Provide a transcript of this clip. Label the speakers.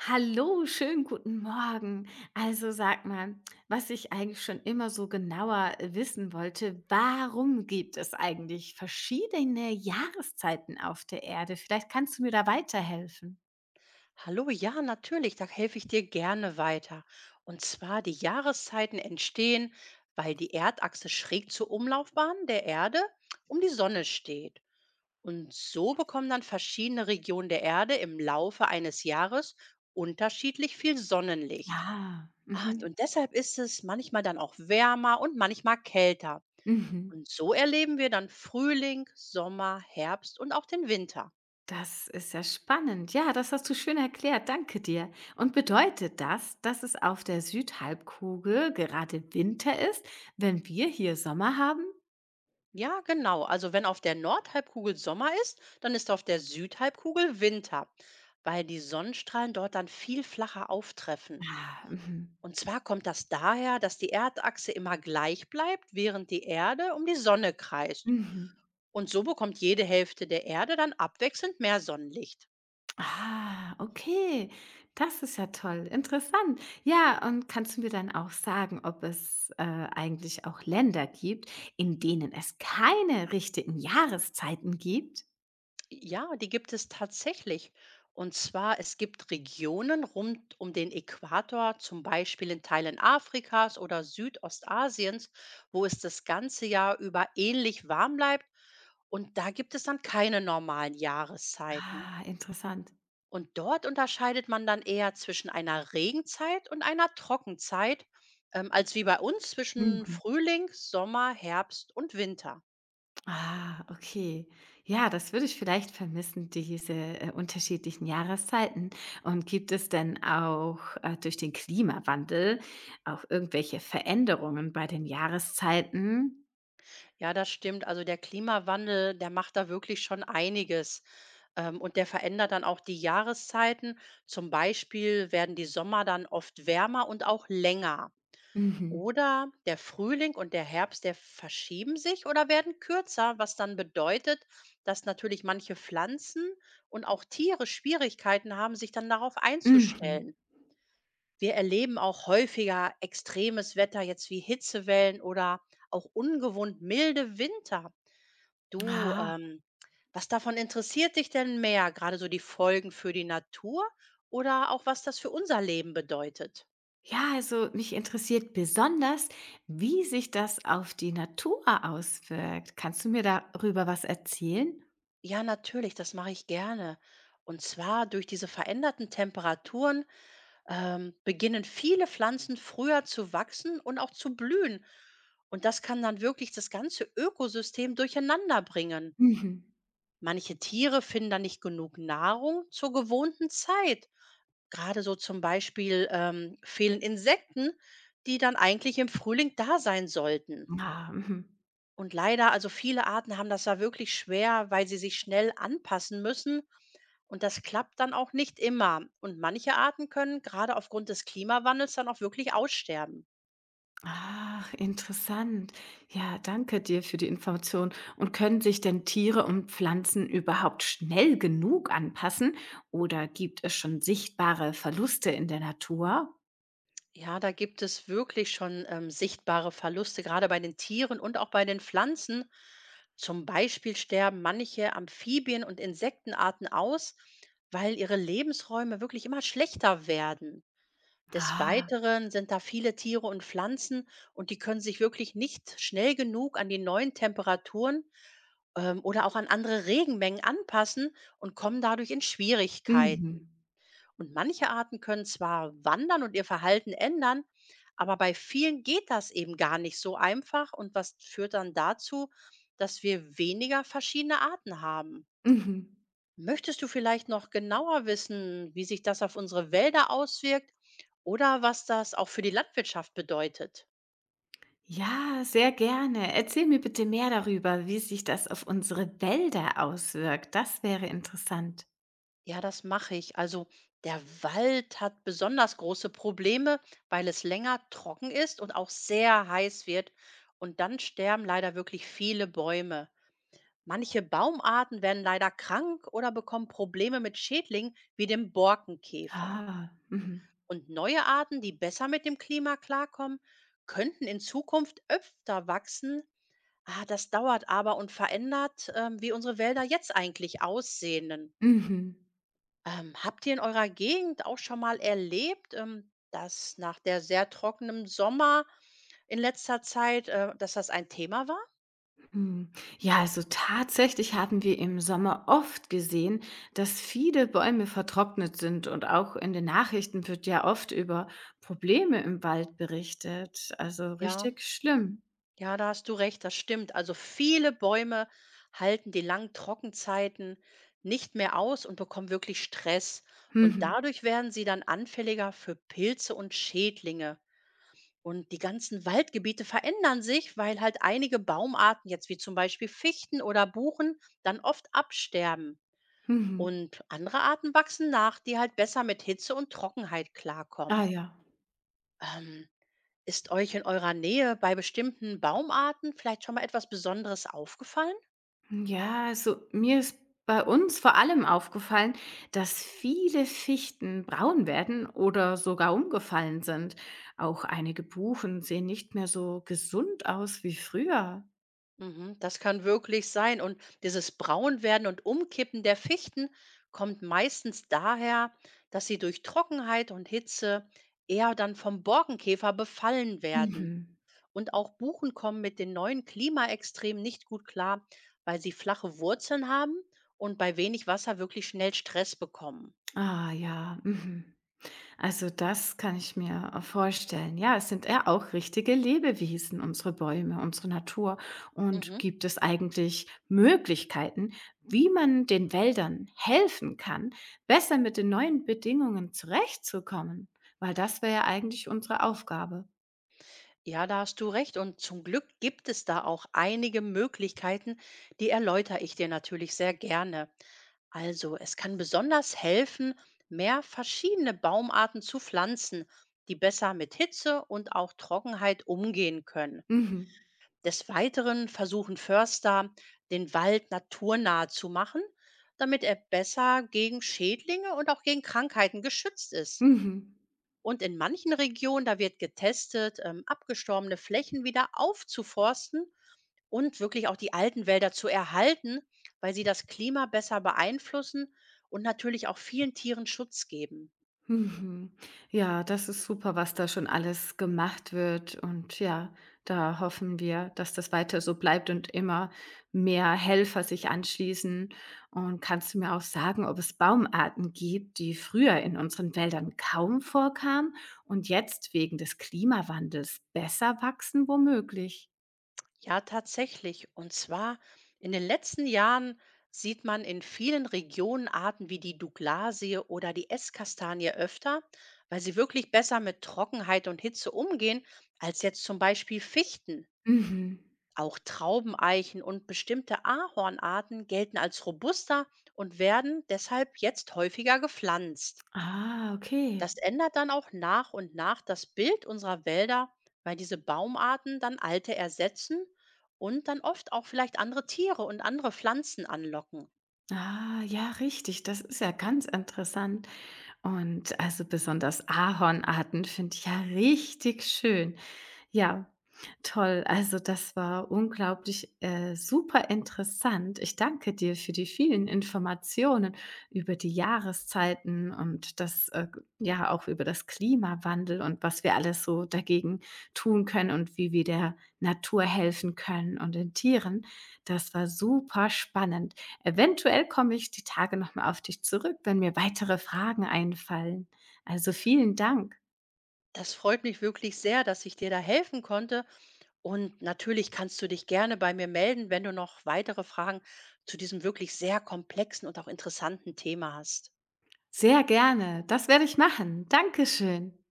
Speaker 1: Hallo, schönen guten Morgen. Also sag mal, was ich eigentlich schon immer so genauer wissen wollte, warum gibt es eigentlich verschiedene Jahreszeiten auf der Erde? Vielleicht kannst du mir da weiterhelfen.
Speaker 2: Hallo, ja, natürlich, da helfe ich dir gerne weiter. Und zwar, die Jahreszeiten entstehen, weil die Erdachse schräg zur Umlaufbahn der Erde um die Sonne steht. Und so bekommen dann verschiedene Regionen der Erde im Laufe eines Jahres unterschiedlich viel Sonnenlicht.
Speaker 1: Ah,
Speaker 2: Ah,
Speaker 1: mhm,
Speaker 2: und deshalb ist es manchmal dann auch wärmer und manchmal kälter.
Speaker 1: mhm.
Speaker 2: Und so erleben wir dann Frühling, Sommer, Herbst und auch den Winter.
Speaker 1: Das ist ja spannend. Ja, das hast du schön erklärt. Danke dir. Und bedeutet das, dass es auf der Südhalbkugel gerade Winter ist, wenn wir hier Sommer haben?
Speaker 2: Ja, genau. Also wenn auf der Nordhalbkugel Sommer ist, dann ist auf der Südhalbkugel Winter, weil die Sonnenstrahlen dort dann viel flacher auftreffen.
Speaker 1: Ah, mhm,
Speaker 2: Und zwar kommt das daher, dass die Erdachse immer gleich bleibt, während die Erde um die Sonne kreist.
Speaker 1: mhm.
Speaker 2: Und so bekommt jede Hälfte der Erde dann abwechselnd mehr Sonnenlicht.
Speaker 1: Ah, okay. Das ist ja toll, interessant. Ja, und kannst du mir dann auch sagen, ob es, eigentlich auch Länder gibt, in denen es keine richtigen Jahreszeiten gibt?
Speaker 2: Ja, die gibt es tatsächlich. Und zwar, es gibt Regionen rund um den Äquator, zum Beispiel in Teilen Afrikas oder Südostasiens, wo es das ganze Jahr über ähnlich warm bleibt. Und da gibt es dann keine normalen Jahreszeiten.
Speaker 1: Ah, interessant.
Speaker 2: Und dort unterscheidet man dann eher zwischen einer Regenzeit und einer Trockenzeit, als wie bei uns zwischen
Speaker 1: Mhm.
Speaker 2: Frühling, Sommer, Herbst und Winter.
Speaker 1: Ah, okay. Ja, das würde ich vielleicht vermissen, diese, unterschiedlichen Jahreszeiten. Und gibt es denn auch, durch den Klimawandel auch irgendwelche Veränderungen bei den Jahreszeiten?
Speaker 2: Ja, das stimmt. Also der Klimawandel, der macht da wirklich schon einiges. Und der verändert dann auch die Jahreszeiten. Zum Beispiel werden die Sommer dann oft wärmer und auch länger.
Speaker 1: Mhm,
Speaker 2: Oder der Frühling und der Herbst, der verschieben sich oder werden kürzer, was dann bedeutet, dass natürlich manche Pflanzen und auch Tiere Schwierigkeiten haben, sich dann darauf
Speaker 1: mhm.
Speaker 2: einzustellen. Wir erleben auch häufiger extremes Wetter, jetzt wie Hitzewellen oder auch ungewohnt milde Winter. Du,
Speaker 1: Ah,
Speaker 2: was davon interessiert dich denn mehr? Gerade so die Folgen für die Natur oder auch was das für unser Leben bedeutet?
Speaker 1: ja, also mich interessiert besonders, wie sich das auf die Natur auswirkt. Kannst du mir darüber was erzählen?
Speaker 2: Ja, natürlich, das mache ich gerne. Und zwar durch diese veränderten Temperaturen beginnen viele Pflanzen früher zu wachsen und auch zu blühen. Und das kann dann wirklich das ganze Ökosystem durcheinander bringen.
Speaker 1: Mhm.
Speaker 2: Manche Tiere finden dann nicht genug Nahrung zur gewohnten Zeit. Gerade so zum Beispiel fehlen Insekten, die dann eigentlich im Frühling da sein sollten.
Speaker 1: Ah, mhm.
Speaker 2: Und leider, also viele Arten haben das ja wirklich schwer, weil sie sich schnell anpassen müssen. Und das klappt dann auch nicht immer. Und manche Arten können gerade aufgrund des Klimawandels dann auch wirklich aussterben.
Speaker 1: Ach, interessant. Ja, danke dir für die Information. Und können sich denn Tiere und Pflanzen überhaupt schnell genug anpassen? Oder gibt es schon sichtbare Verluste in der Natur?
Speaker 2: Ja, da gibt es wirklich schon sichtbare Verluste, gerade bei den Tieren und auch bei den Pflanzen. Zum Beispiel sterben manche Amphibien- und Insektenarten aus, weil ihre Lebensräume wirklich immer schlechter werden. Des
Speaker 1: Ah,
Speaker 2: Weiteren sind da viele Tiere und Pflanzen und die können sich wirklich nicht schnell genug an die neuen Temperaturen oder auch an andere Regenmengen anpassen und kommen dadurch in
Speaker 1: mhm.
Speaker 2: Schwierigkeiten. Und manche Arten können zwar wandern und ihr Verhalten ändern, aber bei vielen geht das eben gar nicht so einfach und was führt dann dazu, dass wir weniger verschiedene Arten haben.
Speaker 1: Mhm.
Speaker 2: Möchtest du vielleicht noch genauer wissen, wie sich das auf unsere Wälder auswirkt oder was das auch für die Landwirtschaft bedeutet?
Speaker 1: Ja, sehr gerne. Erzähl mir bitte mehr darüber, wie sich das auf unsere Wälder auswirkt. Das wäre interessant.
Speaker 2: Ja, das mache ich. Also der Wald hat besonders große Probleme, weil es länger trocken ist und auch sehr heiß wird. Und dann sterben leider wirklich viele Bäume. Manche Baumarten werden leider krank oder bekommen Probleme mit Schädlingen wie dem Borkenkäfer.
Speaker 1: Ah, mhm.
Speaker 2: Und neue Arten, die besser mit dem Klima klarkommen, könnten in Zukunft öfter wachsen. Ah, das dauert aber und verändert, wie unsere Wälder jetzt eigentlich aussehen.
Speaker 1: Mhm.
Speaker 2: Habt ihr in eurer Gegend auch schon mal erlebt, dass nach der sehr trockenen Sommer in letzter Zeit, dass das ein Thema war?
Speaker 1: Hm. Ja, also tatsächlich haben wir im Sommer oft gesehen, dass viele Bäume vertrocknet sind und auch in den Nachrichten wird ja oft über Probleme im Wald berichtet. Also
Speaker 2: Ja.
Speaker 1: richtig schlimm.
Speaker 2: Ja, da hast du recht, das stimmt. Also viele Bäume halten die langen Trockenzeiten nicht mehr aus und bekommen wirklich Stress. Und
Speaker 1: Mhm.
Speaker 2: dadurch werden sie dann anfälliger für Pilze und Schädlinge. Und die ganzen Waldgebiete verändern sich, weil halt einige Baumarten, jetzt wie zum Beispiel Fichten oder Buchen, dann oft absterben.
Speaker 1: Mhm.
Speaker 2: Und andere Arten wachsen nach, die halt besser mit Hitze und Trockenheit
Speaker 1: Ah
Speaker 2: klarkommen.
Speaker 1: ja.
Speaker 2: Ähm, Ist euch in eurer Nähe bei bestimmten Baumarten vielleicht schon mal etwas Besonderes aufgefallen?
Speaker 1: Ja, also mir ist bei uns vor allem aufgefallen, dass viele Fichten braun werden oder sogar umgefallen sind. Auch einige Buchen sehen nicht mehr so gesund aus wie früher.
Speaker 2: Mhm, das kann wirklich sein. Und dieses Braunwerden und Umkippen der Fichten kommt meistens daher, dass sie durch Trockenheit und Hitze eher dann vom Borkenkäfer befallen werden.
Speaker 1: Mhm.
Speaker 2: Und auch Buchen kommen mit den neuen Klimaextremen nicht gut klar, weil sie flache Wurzeln haben und bei wenig Wasser wirklich schnell Stress bekommen.
Speaker 1: Ah ja. Mhm. Also das kann ich mir vorstellen. Ja, es sind ja auch richtige Lebewesen, unsere Bäume, unsere Natur. Und
Speaker 2: Mhm.
Speaker 1: gibt es eigentlich Möglichkeiten, wie man den Wäldern helfen kann, besser mit den neuen Bedingungen zurechtzukommen? Weil das wäre ja eigentlich unsere Aufgabe.
Speaker 2: Ja, da hast du recht. Und zum Glück gibt es da auch einige Möglichkeiten, die erläutere ich dir natürlich sehr gerne. Also, es kann besonders helfen, mehr verschiedene Baumarten zu pflanzen, die besser mit Hitze und auch Trockenheit umgehen können.
Speaker 1: Mhm.
Speaker 2: Des Weiteren versuchen Förster, den Wald naturnah zu machen, damit er besser gegen Schädlinge und auch gegen Krankheiten geschützt ist.
Speaker 1: Mhm.
Speaker 2: Und in manchen Regionen, da wird getestet, abgestorbene Flächen wieder aufzuforsten und wirklich auch die alten Wälder zu erhalten, weil sie das Klima besser beeinflussen und natürlich auch vielen Tieren Schutz geben.
Speaker 1: Mhm. Ja, das ist super, was da schon alles gemacht wird. Und ja, da hoffen wir, dass das weiter so bleibt und immer mehr Helfer sich anschließen. Und kannst du mir auch sagen, ob es Baumarten gibt, die früher in unseren Wäldern kaum vorkamen und jetzt wegen des Klimawandels besser wachsen, womöglich?
Speaker 2: Ja, tatsächlich. Und zwar in den letzten Jahren sieht man in vielen Regionen Arten wie die Douglasie oder die Esskastanie öfter, weil sie wirklich besser mit Trockenheit und Hitze umgehen als jetzt zum Beispiel Fichten.
Speaker 1: Mhm.
Speaker 2: Auch Traubeneichen und bestimmte Ahornarten gelten als robuster und werden deshalb jetzt häufiger gepflanzt.
Speaker 1: Ah, okay.
Speaker 2: Das ändert dann auch nach und nach das Bild unserer Wälder, weil diese Baumarten dann alte ersetzen und dann oft auch vielleicht andere Tiere und andere Pflanzen anlocken.
Speaker 1: Ah, ja, richtig. Das ist ja ganz interessant. Und also besonders Ahornarten finde ich ja richtig schön. Ja, toll. Also das war unglaublich super interessant. Ich danke dir für die vielen Informationen über die Jahreszeiten und das, ja, auch über das Klimawandel und was wir alles so dagegen tun können und wie wir der Natur helfen können und den Tieren. Das war super spannend. Eventuell komme ich die Tage noch mal auf dich zurück, wenn mir weitere Fragen einfallen. Also, vielen Dank.
Speaker 2: Das freut mich wirklich sehr, dass ich dir da helfen konnte. Und natürlich kannst du dich gerne bei mir melden, wenn du noch weitere Fragen zu diesem wirklich sehr komplexen und auch interessanten Thema hast.
Speaker 1: Sehr gerne. Das werde ich machen. Dankeschön.